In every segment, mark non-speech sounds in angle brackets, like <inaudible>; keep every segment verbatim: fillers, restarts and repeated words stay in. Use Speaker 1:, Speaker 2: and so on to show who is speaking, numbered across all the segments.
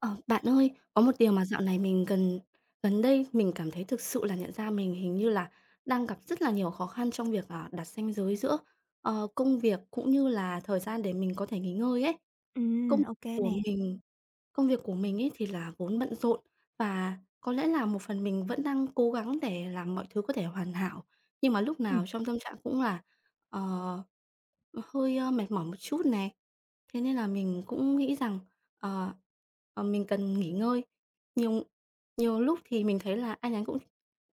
Speaker 1: Ờ, Bạn ơi, có một điều mà dạo này mình gần gần đây mình cảm thấy thực sự là nhận ra mình hình như là đang gặp rất là nhiều khó khăn trong việc, à, đặt ranh giới giữa, ờ, công việc cũng như là thời gian để mình có thể nghỉ ngơi ấy. Công
Speaker 2: Ừm, ok
Speaker 1: của
Speaker 2: nè.
Speaker 1: mình Công việc của mình ấy thì là vốn bận rộn, và có lẽ là một phần mình vẫn đang cố gắng để làm mọi thứ có thể hoàn hảo, nhưng mà lúc nào
Speaker 2: Ừm,
Speaker 1: trong tâm trạng cũng là ờ, hơi, ơ, mệt mỏi một chút này. Thế nên là mình cũng nghĩ rằng, ờ, ờ, mình cần nghỉ ngơi. Nhiều nhiều lúc thì mình thấy là ai nhắn cũng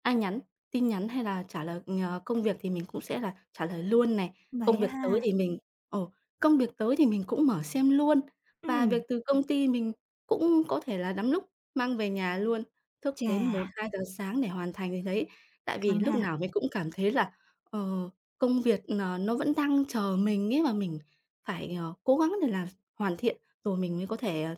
Speaker 1: ai nhắn, tin nhắn hay là trả lời ờ, công việc thì mình cũng sẽ là trả lời luôn này. công
Speaker 2: Vậy á
Speaker 1: việc tới
Speaker 2: ha.
Speaker 1: thì mình ồ Công việc tới thì mình cũng mở xem luôn. Và
Speaker 2: Ừm,
Speaker 1: việc từ công ty mình cũng có thể là lắm lúc mang về nhà luôn, thức đến
Speaker 2: chà,
Speaker 1: một hai giờ sáng để hoàn thành cái đấy. Tại vì
Speaker 2: Căng
Speaker 1: lúc
Speaker 2: ha.
Speaker 1: nào mình cũng cảm thấy là ờ, công việc ờ, nó vẫn đang chờ mình ấy, và mình phải ờ, cố gắng để làm hoàn thiện rồi mình mới có thể ờ,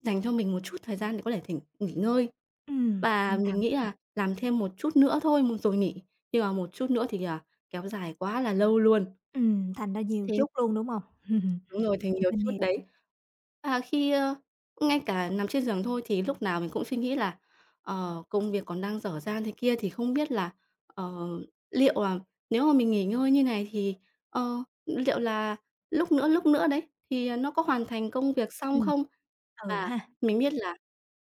Speaker 1: dành cho mình một chút thời gian để có thể thỉnh nghỉ ngơi.
Speaker 2: Ừm,
Speaker 1: Và
Speaker 2: căng
Speaker 1: mình
Speaker 2: thẳng.
Speaker 1: nghĩ là làm thêm một chút nữa thôi, một rồi nghỉ, nhưng mà một chút nữa thì, à, kéo dài quá là lâu luôn.
Speaker 2: Ừm, thành ra nhiều
Speaker 1: Thế
Speaker 2: chút luôn, đúng hông? <laughs>
Speaker 1: Đúng rồi, thì nhiều
Speaker 2: Mình
Speaker 1: chút
Speaker 2: hiểu.
Speaker 1: đấy. À, khi, ơ Ngay cả nằm trên giường thôi thì lúc nào mình cũng suy nghĩ là ờ, công việc còn đang dở dang thế kia thì không biết là ờ, liệu là nếu mà mình nghỉ ngơi như này thì ờ, liệu là lúc nữa, lúc nữa đấy, thì, à, nó có hoàn thành công việc xong
Speaker 2: Ừm,
Speaker 1: không?
Speaker 2: ừ
Speaker 1: Và
Speaker 2: ha,
Speaker 1: mình biết là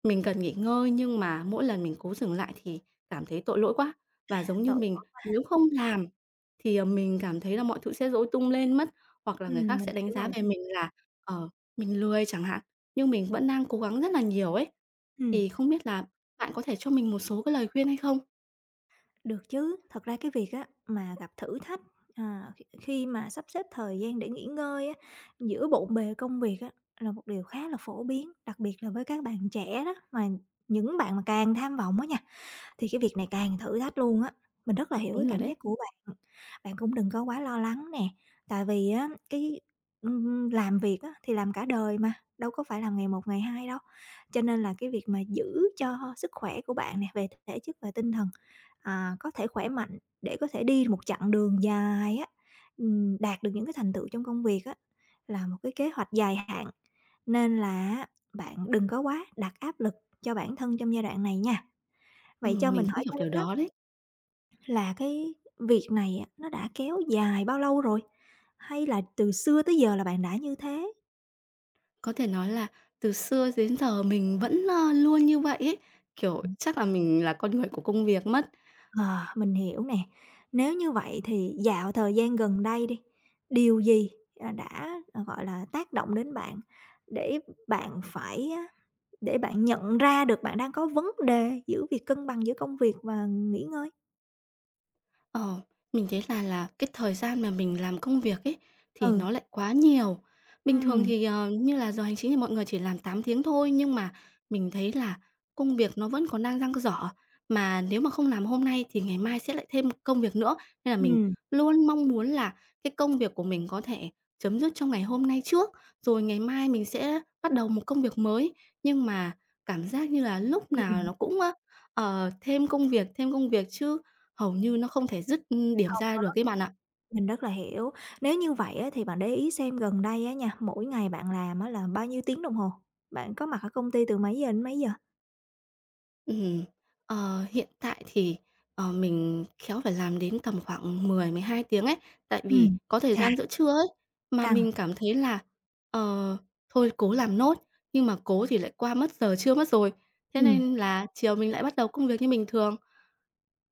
Speaker 1: mình cần nghỉ ngơi, nhưng mà mỗi lần mình cố dừng lại thì cảm thấy tội lỗi quá, và giống như
Speaker 2: Tội
Speaker 1: mình
Speaker 2: lỗi.
Speaker 1: nếu không làm thì ờ, mình cảm thấy là mọi thứ sẽ rối tung lên mất. Hoặc là người
Speaker 2: Ừm,
Speaker 1: khác
Speaker 2: mình
Speaker 1: sẽ đánh
Speaker 2: hiểu
Speaker 1: giá
Speaker 2: rồi.
Speaker 1: về mình là ờ, mình lười chẳng hạn, nhưng mình vẫn đang cố gắng rất là nhiều ấy.
Speaker 2: Ừm,
Speaker 1: Thì không biết là bạn có thể cho mình một số cái lời khuyên hay không?
Speaker 2: Được chứ. Thật ra cái việc á mà gặp thử thách, à, khi khi mà sắp xếp thời gian để nghỉ ngơi á, giữa bộn bề công việc á, là một điều khá là phổ biến, đặc biệt là với các bạn trẻ đó, mà những bạn mà càng tham vọng á nha. Thì cái việc này càng thử thách luôn á, mình rất là hiểu cái
Speaker 1: Đúng rồi
Speaker 2: cảm
Speaker 1: đấy.
Speaker 2: giác của bạn. Bạn cũng đừng có quá lo lắng nè, tại vì á cái, ừm, làm việc á thì làm cả đời mà, đâu có phải làm ngày một ngày hai đâu. Cho nên là cái việc mà giữ cho sức khỏe của bạn nè, về thể chất và tinh thần, à, có thể khỏe mạnh để có thể đi một chặng đường dài á, ừm, đạt được những cái thành tựu trong công việc á, là một cái kế hoạch dài hạn. Nên là bạn đừng có quá đặt áp lực cho bản thân trong giai đoạn này nha. Vậy cho
Speaker 1: Ừm, mình
Speaker 2: mình
Speaker 1: cũng
Speaker 2: hỏi
Speaker 1: hiểu
Speaker 2: thêm
Speaker 1: điều
Speaker 2: đó
Speaker 1: đó đấy.
Speaker 2: là cái việc này á, nó đã kéo dài bao lâu rồi? Hay là từ xưa tới giờ là bạn đã như thế?
Speaker 1: Có thể nói là từ xưa đến giờ mình vẫn ơ, luôn như vậy ấy, kiểu, chắc là mình là con người của công việc mất.
Speaker 2: Ờ, mình hiểu nè. Nếu như vậy thì dạo thời gian gần đây đi, điều gì, à, đã, ờ, gọi là, tác động đến bạn để bạn phải á, để bạn nhận ra được bạn đang có vấn đề giữa việc cân bằng giữa công việc và nghỉ ngơi?
Speaker 1: Ờ, mình thấy là là cái thời gian mà mình làm công việc ấy thì
Speaker 2: Ừ,
Speaker 1: nó lại quá nhiều.
Speaker 2: ừ
Speaker 1: Bình thường thì ờ, như là giờ hành chính thì mọi người chỉ làm tám tiếng thôi, nhưng mà mình thấy là công việc nó vẫn còn đang dang dở, mà nếu mà không làm hôm nay thì ngày mai sẽ lại thêm công việc nữa. Nên là mình
Speaker 2: ừ
Speaker 1: luôn mong muốn là cái công việc của mình có thể chấm dứt trong ngày hôm nay trước, rồi ngày mai mình sẽ bắt đầu một công việc mới. Nhưng mà cảm giác như là lúc nào
Speaker 2: ừm.
Speaker 1: nó cũng ơ, ờ, thêm công việc, thêm công việc chứ. Hầu như nó không thể dứt, điểm ra được ấy bạn ạ.
Speaker 2: Mình rất là hiểu. Nếu như vậy á, thì bạn để ý xem gần đây á nha, mỗi ngày bạn làm á là bao nhiêu tiếng đồng hồ? Bạn có mặt ở công ty từ mấy giờ đến mấy giờ?
Speaker 1: Ừm, ờ, Hiện tại thì ờ, mình khéo phải làm đến tầm khoảng mười mười hai tiếng ấy, tại vì
Speaker 2: Ừm,
Speaker 1: có thời
Speaker 2: chà,
Speaker 1: gian giữa trưa ấy, mà
Speaker 2: Căng.
Speaker 1: mình cảm thấy là ờ, thôi cố làm nốt, nhưng mà cố thì lại qua mất giờ trưa mất rồi. Thế
Speaker 2: Ừm,
Speaker 1: nên là chiều mình lại bắt đầu công việc như bình thường,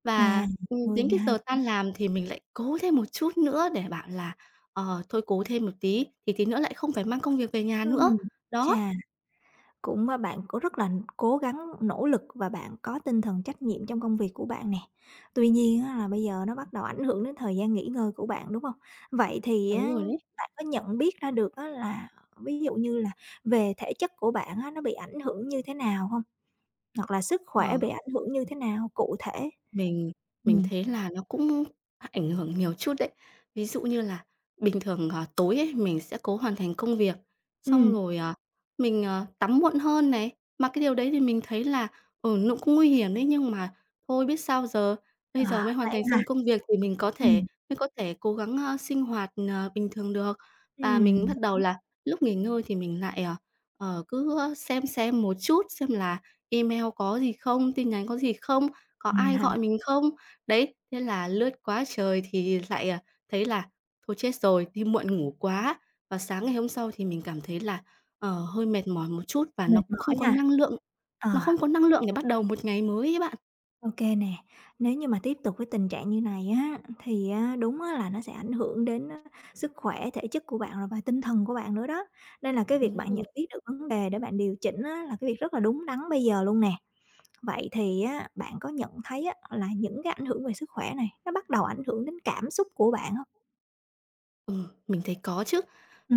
Speaker 1: và
Speaker 2: à,
Speaker 1: ừm,
Speaker 2: mười,
Speaker 1: đến cái
Speaker 2: mười hai
Speaker 1: giờ tan
Speaker 2: tiếng.
Speaker 1: làm thì mình lại cố thêm một chút nữa để bảo là ờ, thôi cố thêm một tí thì tí nữa lại không phải mang công việc về nhà nữa.
Speaker 2: Ừm,
Speaker 1: Đó,
Speaker 2: chà, cũng, a, Bạn cũng rất là cố gắng, nỗ lực và bạn có tinh thần trách nhiệm trong công việc của bạn nè. Tuy nhiên á là bây giờ nó bắt đầu ảnh hưởng đến thời gian nghỉ ngơi của bạn, đúng không? Vậy thì
Speaker 1: đúng
Speaker 2: á,
Speaker 1: rồi đấy.
Speaker 2: bạn có nhận biết ra được á là ví dụ như là về thể chất của bạn á, nó bị ảnh hưởng như thế nào không? Hoặc là sức
Speaker 1: Ờ.
Speaker 2: khỏe bị ảnh hưởng như thế nào cụ thể?
Speaker 1: Mình mình
Speaker 2: Ừm.
Speaker 1: thấy là nó cũng ảnh hưởng nhiều chút đấy. Ví dụ như là bình thường ờ, tối ấy, mình sẽ cố hoàn thành công việc, xong
Speaker 2: Ừm,
Speaker 1: rồi ờ, mình, ờ, tắm muộn hơn này. Mà cái điều đấy thì mình thấy là ừ, nó cũng nguy hiểm đấy, nhưng mà thôi biết sao giờ, bây giờ mới
Speaker 2: Ờ.
Speaker 1: hoàn
Speaker 2: Vậy
Speaker 1: thành
Speaker 2: ha.
Speaker 1: xong công việc thì mình có thể
Speaker 2: Ừm.
Speaker 1: mới có thể cố gắng ơ, sinh hoạt ờ, bình thường được. Và
Speaker 2: Ừm,
Speaker 1: mình bắt đầu
Speaker 2: Đúng.
Speaker 1: là lúc nghỉ ngơi thì mình lại ờ, ờ, cứ xem xem một chút xem là email có gì không, tin nhắn có gì không, có
Speaker 2: ừm
Speaker 1: ai
Speaker 2: ha,
Speaker 1: gọi mình không? Đấy, thế là lướt quá trời thì lại, à, thấy là thôi chết rồi, đi muộn ngủ quá. Và sáng ngày hôm sau thì mình cảm thấy là ờ, hơi mệt mỏi một chút, và nó
Speaker 2: Mệt
Speaker 1: cũng không
Speaker 2: mỏi
Speaker 1: có
Speaker 2: ha.
Speaker 1: năng lượng,
Speaker 2: Ờ,
Speaker 1: nó không có năng lượng để bắt đầu một ngày mới ấy bạn.
Speaker 2: Ô kê nè, nếu như mà tiếp tục với tình trạng như này á, thì á, đúng á là nó sẽ ảnh hưởng đến á sức khỏe, thể chất của bạn rồi và tinh thần của bạn nữa đó. Nên là cái việc
Speaker 1: Đúng
Speaker 2: bạn
Speaker 1: rồi.
Speaker 2: nhận biết được vấn đề để bạn điều chỉnh á là cái việc rất là đúng đắn bây giờ luôn nè. Vậy thì á, bạn có nhận thấy á là những cái ảnh hưởng về sức khỏe này, nó bắt đầu ảnh hưởng đến cảm xúc của bạn hông?
Speaker 1: Ừ, mình thấy có chứ.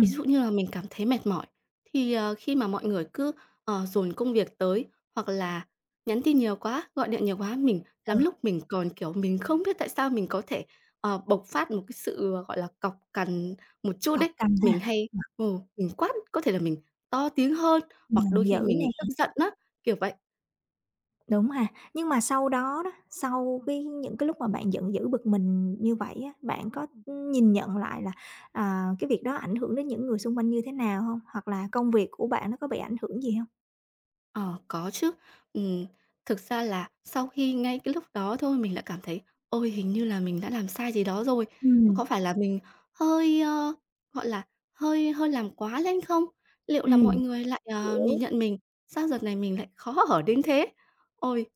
Speaker 1: Ví dụ như là mình cảm thấy mệt mỏi, thì ờ, khi mà mọi người cứ ờ, dồn công việc tới, hoặc là nhắn tin nhiều quá, gọi điện nhiều quá, mình lắm lúc
Speaker 2: ừ,
Speaker 1: mình còn, kiểu, mình không biết tại sao mình có thể ờ, bộc phát một cái sự ờ, gọi là cọc cằn một chút
Speaker 2: Cọc
Speaker 1: đấy.
Speaker 2: cành ha.
Speaker 1: Mình hay ừ, mình quát, có thể là mình to tiếng hơn, hoặc
Speaker 2: Giận
Speaker 1: đôi khi
Speaker 2: dữ
Speaker 1: mình
Speaker 2: nè,
Speaker 1: tức giận á, kiểu vậy.
Speaker 2: đúng ha. Nhưng mà sau đó đó, sau cái những cái lúc mà bạn giận dữ, bực mình như vậy á, bạn có, nhìn nhận lại là, à, cái việc đó ảnh hưởng đến những người xung quanh như thế nào hông? Hoặc là công việc của bạn nó có bị ảnh hưởng gì hông?
Speaker 1: Ờ, có chứ. Ừm, thực ra là sau khi ngay cái lúc đó thôi mình đã cảm thấy: "Ôi, hình như là mình đã làm sai gì đó rồi.
Speaker 2: Ừm,
Speaker 1: Có phải là mình hơi ơ, gọi là hơi hơi làm quá lên không? Liệu là mọi
Speaker 2: ừm,
Speaker 1: người lại ờ, nhìn
Speaker 2: Hiểu.
Speaker 1: nhận mình, sao giờ này mình lại khó ở đến thế?" Ôi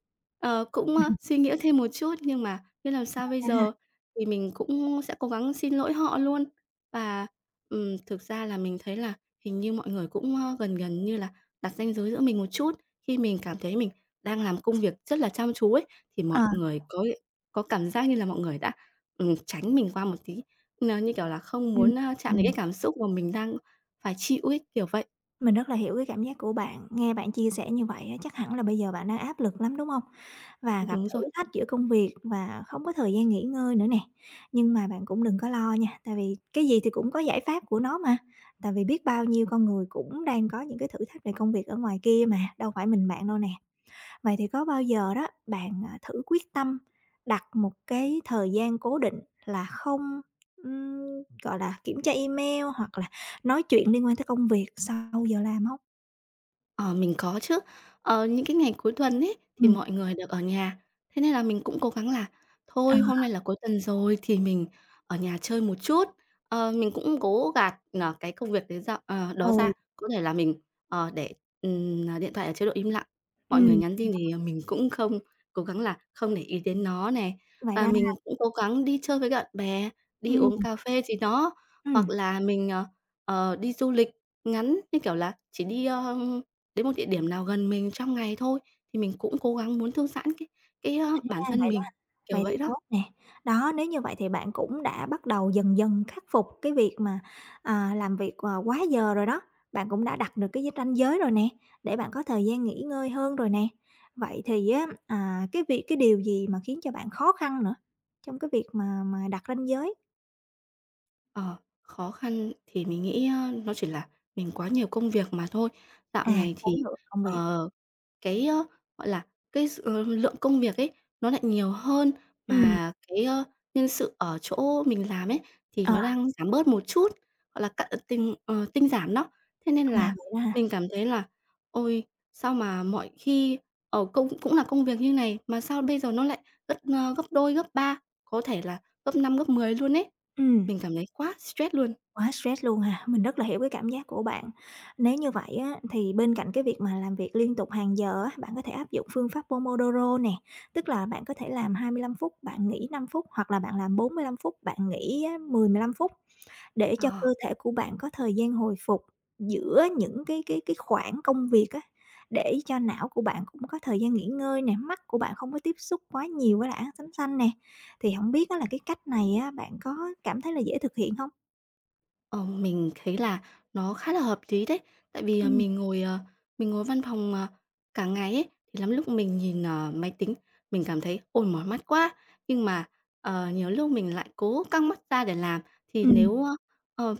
Speaker 1: ờ, cũng ơ,
Speaker 2: <laughs>
Speaker 1: suy nghĩ thêm một chút, nhưng mà biết làm
Speaker 2: Vậy
Speaker 1: sao bây
Speaker 2: đó ha.
Speaker 1: giờ, thì mình cũng sẽ cố gắng xin lỗi họ luôn. Và ừm, thực ra là mình thấy là hình như mọi người cũng ơ, gần gần như là đặt ranh giới giữa mình một chút. Khi mình cảm thấy mình đang làm công việc rất là chăm chú ấy, thì
Speaker 2: Ờ,
Speaker 1: mọi người có có cảm giác như là mọi người đã ừm, tránh mình qua một tí, n như kiểu là không
Speaker 2: ừm,
Speaker 1: muốn a, chạm đến cái
Speaker 2: ừm.
Speaker 1: cảm xúc mà mình đang phải chịu ấy, kiểu vậy.
Speaker 2: Mình rất là hiểu cái cảm giác của bạn, nghe bạn chia sẻ như vậy á, chắc hẳn là bây giờ bạn đang áp lực lắm, đúng không? Và gặp
Speaker 1: Đúng rồi.
Speaker 2: thử thách giữa công việc và không có thời gian nghỉ ngơi nữa nè. Nhưng mà bạn cũng đừng có lo nha, tại vì cái gì thì cũng có giải pháp của nó mà, tại vì biết bao nhiêu con người cũng đang có những cái thử thách về công việc ở ngoài kia mà, đâu phải mình bạn đâu nè. Vậy thì có bao giờ đó bạn, à, thử quyết tâm đặt một cái thời gian cố định là không, ừm, gọi là, kiểm tra email hoặc là nói chuyện liên quan tới công việc sau giờ làm không?
Speaker 1: Ờ, mình có chứ. Ờ, những cái ngày cuối tuần ấy thì
Speaker 2: Ừm,
Speaker 1: mọi người được ở nhà, thế nên là mình cũng cố gắng là
Speaker 2: ờ,
Speaker 1: thôi hôm nay là cuối tuần rồi thì mình ở nhà chơi một chút. Ờ, mình cũng cố gạt ờ, cái công việc đấy ra ờ, đó ra,
Speaker 2: ừ,
Speaker 1: có thể là mình ờ, để ừm, à, điện thoại ở chế độ im lặng, mọi người
Speaker 2: ừm,
Speaker 1: nhắn tin thì mình cũng không, cố gắng là không để ý đến nó này.
Speaker 2: vậy
Speaker 1: Và
Speaker 2: ra
Speaker 1: mình cũng cố gắng đi chơi với bạn bè, đi
Speaker 2: ừm,
Speaker 1: uống cà phê gì đó, hoặc
Speaker 2: ừm,
Speaker 1: là mình ờ, ờ, đi du lịch ngắn, như kiểu là chỉ đi ơ đến một địa điểm nào gần mình trong ngày thôi, thì mình cũng cố gắng muốn thư giãn cái cái, a, bản
Speaker 2: Ra
Speaker 1: thân
Speaker 2: vậy.
Speaker 1: mình, kiểu
Speaker 2: Vậy thì
Speaker 1: vậy đó.
Speaker 2: tốt nè. Đó, nếu như vậy thì bạn cũng đã bắt đầu dần dần khắc phục cái việc mà, à, làm việc, ờ, quá giờ rồi đó, bạn cũng đã đặt được cái ranh giới rồi nè, để bạn có thời gian nghỉ ngơi hơn rồi nè. Vậy thì á, à, cái việc cái điều gì mà khiến cho bạn khó khăn nữa trong cái việc mà mà đặt ranh giới?
Speaker 1: Ờ, khó khăn thì mình nghĩ, a, nó chỉ là mình quá nhiều công việc mà thôi. Dạo
Speaker 2: À,
Speaker 1: này
Speaker 2: Khối
Speaker 1: thì
Speaker 2: lượng công việc.
Speaker 1: ờ cái ơ, gọi là cái sự ờ, lượng công việc ấy, nó lại nhiều hơn,
Speaker 2: Ừm,
Speaker 1: mà cái ơ, nhân sự ở chỗ mình làm ấy thì
Speaker 2: ờ,
Speaker 1: nó đang giảm bớt một chút, gọi là cạn tình ờ, tinh giảm đó. Thế nên
Speaker 2: là
Speaker 1: là
Speaker 2: vậy đó ha?
Speaker 1: mình cảm thấy là: "Ôi, sao mà mọi khi ờ, công cũng là công việc như này, mà sao bây giờ nó lại gấp, ơ, gấp đôi, gấp ba, có thể là gấp năm gấp mười luôn ấy."
Speaker 2: Ừm.
Speaker 1: Mình cảm thấy quá stress luôn.
Speaker 2: Quá stress luôn ha, mình rất là hiểu cái cảm giác của bạn. Nếu như vậy á, thì bên cạnh cái việc mà làm việc liên tục hàng giờ á, bạn có thể áp dụng phương pháp Pomodoro nè, tức là bạn có thể làm hai mươi lăm phút, bạn nghỉ năm phút hoặc là bạn làm bốn lăm phút, bạn nghỉ á, mười, mười lăm phút để cho
Speaker 1: Ờ.
Speaker 2: cơ thể của bạn có thời gian hồi phục giữa những cái cái cái khoảng công việc á, để cho não của bạn cũng có thời gian nghỉ ngơi nè, mắt của bạn không có tiếp xúc quá nhiều với lại ánh sáng xanh nè. Thì không biết á là cái cách này á, bạn có cảm thấy là dễ thực hiện không?
Speaker 1: Ờ, mình thấy là nó khá là hợp lý đấy, tại vì ờ,
Speaker 2: Ừm,
Speaker 1: mình ngồi, ờ, mình ngồi văn phòng ờ, cả ngày ấy, thì lắm lúc mình nhìn ờ, máy tính, mình cảm thấy: "Ôi, mỏi mắt quá!" Nhưng mà ờ, nhiều lúc mình lại cố căng mắt ra để làm, thì
Speaker 2: ừm.
Speaker 1: nếu ờ,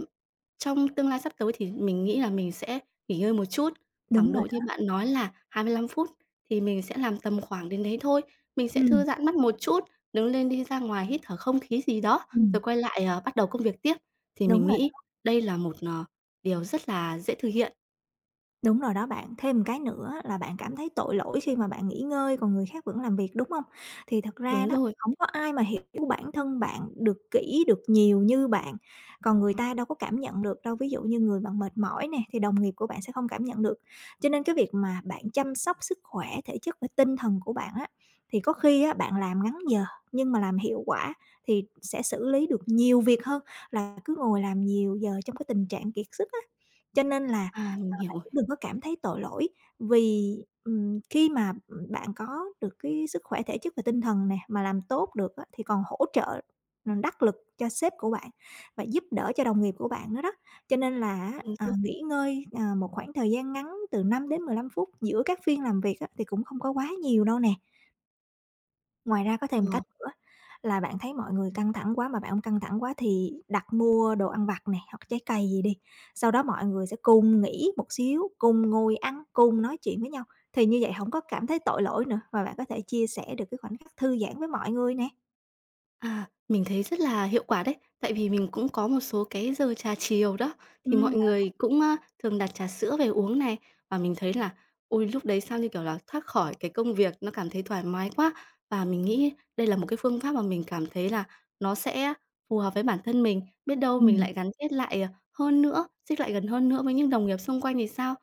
Speaker 1: trong tương lai sắp tới thì mình nghĩ là mình sẽ nghỉ ngơi một chút, khoảng
Speaker 2: Đúng rồi
Speaker 1: độ như
Speaker 2: đó.
Speaker 1: bạn nói là hai mươi lăm phút thì mình sẽ làm tầm khoảng đến đấy thôi. Mình sẽ
Speaker 2: Ừm,
Speaker 1: thư giãn mắt một chút, đứng lên đi ra ngoài hít thở không khí gì đó, rồi
Speaker 2: ừm,
Speaker 1: quay lại ờ, bắt đầu công việc tiếp. Thì mình
Speaker 2: Đúng.
Speaker 1: nghĩ đây là một ờ, điều rất là dễ thực hiện.
Speaker 2: Đúng rồi đó bạn. Thêm một cái nữa là bạn cảm thấy tội lỗi khi mà bạn nghỉ ngơi còn người khác vẫn làm việc, đúng không? Thì thật ra
Speaker 1: Đúng
Speaker 2: đó,
Speaker 1: rồi,
Speaker 2: không có ai mà hiểu bản thân bạn được kỹ, được nhiều như bạn, còn người ta đâu có cảm nhận được đâu. Ví dụ như người bạn mệt mỏi nè, thì đồng nghiệp của bạn sẽ không cảm nhận được. Cho nên cái việc mà bạn chăm sóc sức khỏe, thể chất và tinh thần của bạn á, thì có khi á bạn làm ngắn giờ nhưng mà làm hiệu quả thì sẽ xử lý được nhiều việc hơn là cứ ngồi làm nhiều giờ trong cái tình trạng kiệt sức á. Cho nên là
Speaker 1: à, mình hiểu rồi,
Speaker 2: đừng có cảm thấy tội lỗi, vì, ừm, khi mà, bạn có được cái sức khỏe thể chất và tinh thần nè, mà làm tốt được á, thì còn hỗ trợ, ờ, đắc lực cho sếp của bạn và giúp đỡ cho đồng nghiệp của bạn nữa đó. Cho nên là á,
Speaker 1: đúng
Speaker 2: à,
Speaker 1: rồi,
Speaker 2: nghỉ ngơi, à, một khoảng thời gian ngắn từ năm đến mười lăm phút giữa các phiên làm việc á, thì cũng không có quá nhiều đâu nè. Ngoài ra có thêm
Speaker 1: ờ,
Speaker 2: cách nữa là bạn thấy mọi người căng thẳng quá mà bạn không căng thẳng quá thì đặt mua đồ ăn vặt này hoặc trái cây gì đi, sau đó mọi người sẽ cùng nghỉ một xíu, cùng ngồi ăn, cùng nói chuyện với nhau, thì như vậy không có cảm thấy tội lỗi nữa, và bạn có thể chia sẻ được cái khoảnh khắc thư giãn với mọi người nè.
Speaker 1: à, mình thấy rất là hiệu quả đấy. Tại vì mình cũng có một số cái giờ trà chiều đó, thì mọi
Speaker 2: Ừm.
Speaker 1: người cũng a, thường đặt trà sữa về uống này, và mình thấy là ôi, lúc đấy sao, như kiểu là thoát khỏi cái công việc, nó cảm thấy thoải mái quá. Và mình nghĩ đây là một cái phương pháp mà mình cảm thấy là nó sẽ phù hợp với bản thân mình, biết đâu mình
Speaker 2: Ừm,
Speaker 1: lại gắn kết lại ờ, hơn nữa, xích lại gần hơn nữa với những đồng nghiệp xung quanh thì sao?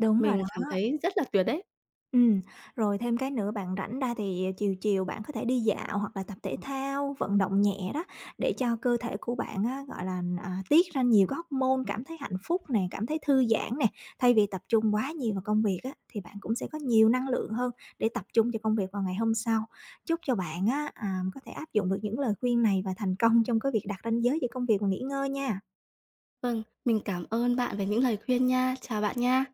Speaker 2: Đúng rồi
Speaker 1: Mình cảm
Speaker 2: đó.
Speaker 1: thấy rất là tuyệt đấy.
Speaker 2: Ừm, Rồi thêm cái nữa bạn rảnh ra thì chiều chiều bạn có thể đi dạo hoặc là tập thể thao, vận động nhẹ đó, để cho cơ thể của bạn á, gọi là, à, tiết ra nhiều cái hormone cảm thấy hạnh phúc nè, cảm thấy thư giãn nè. Thay vì tập trung quá nhiều vào công việc á, thì bạn cũng sẽ có nhiều năng lượng hơn để tập trung cho công việc vào ngày hôm sau. Chúc cho bạn á, à, có thể áp dụng được những lời khuyên này và thành công trong cái việc đặt ranh giới giữa công việc và nghỉ ngơi nha.
Speaker 1: Vâng, mình cảm ơn bạn về những lời khuyên nha. Chào bạn nha.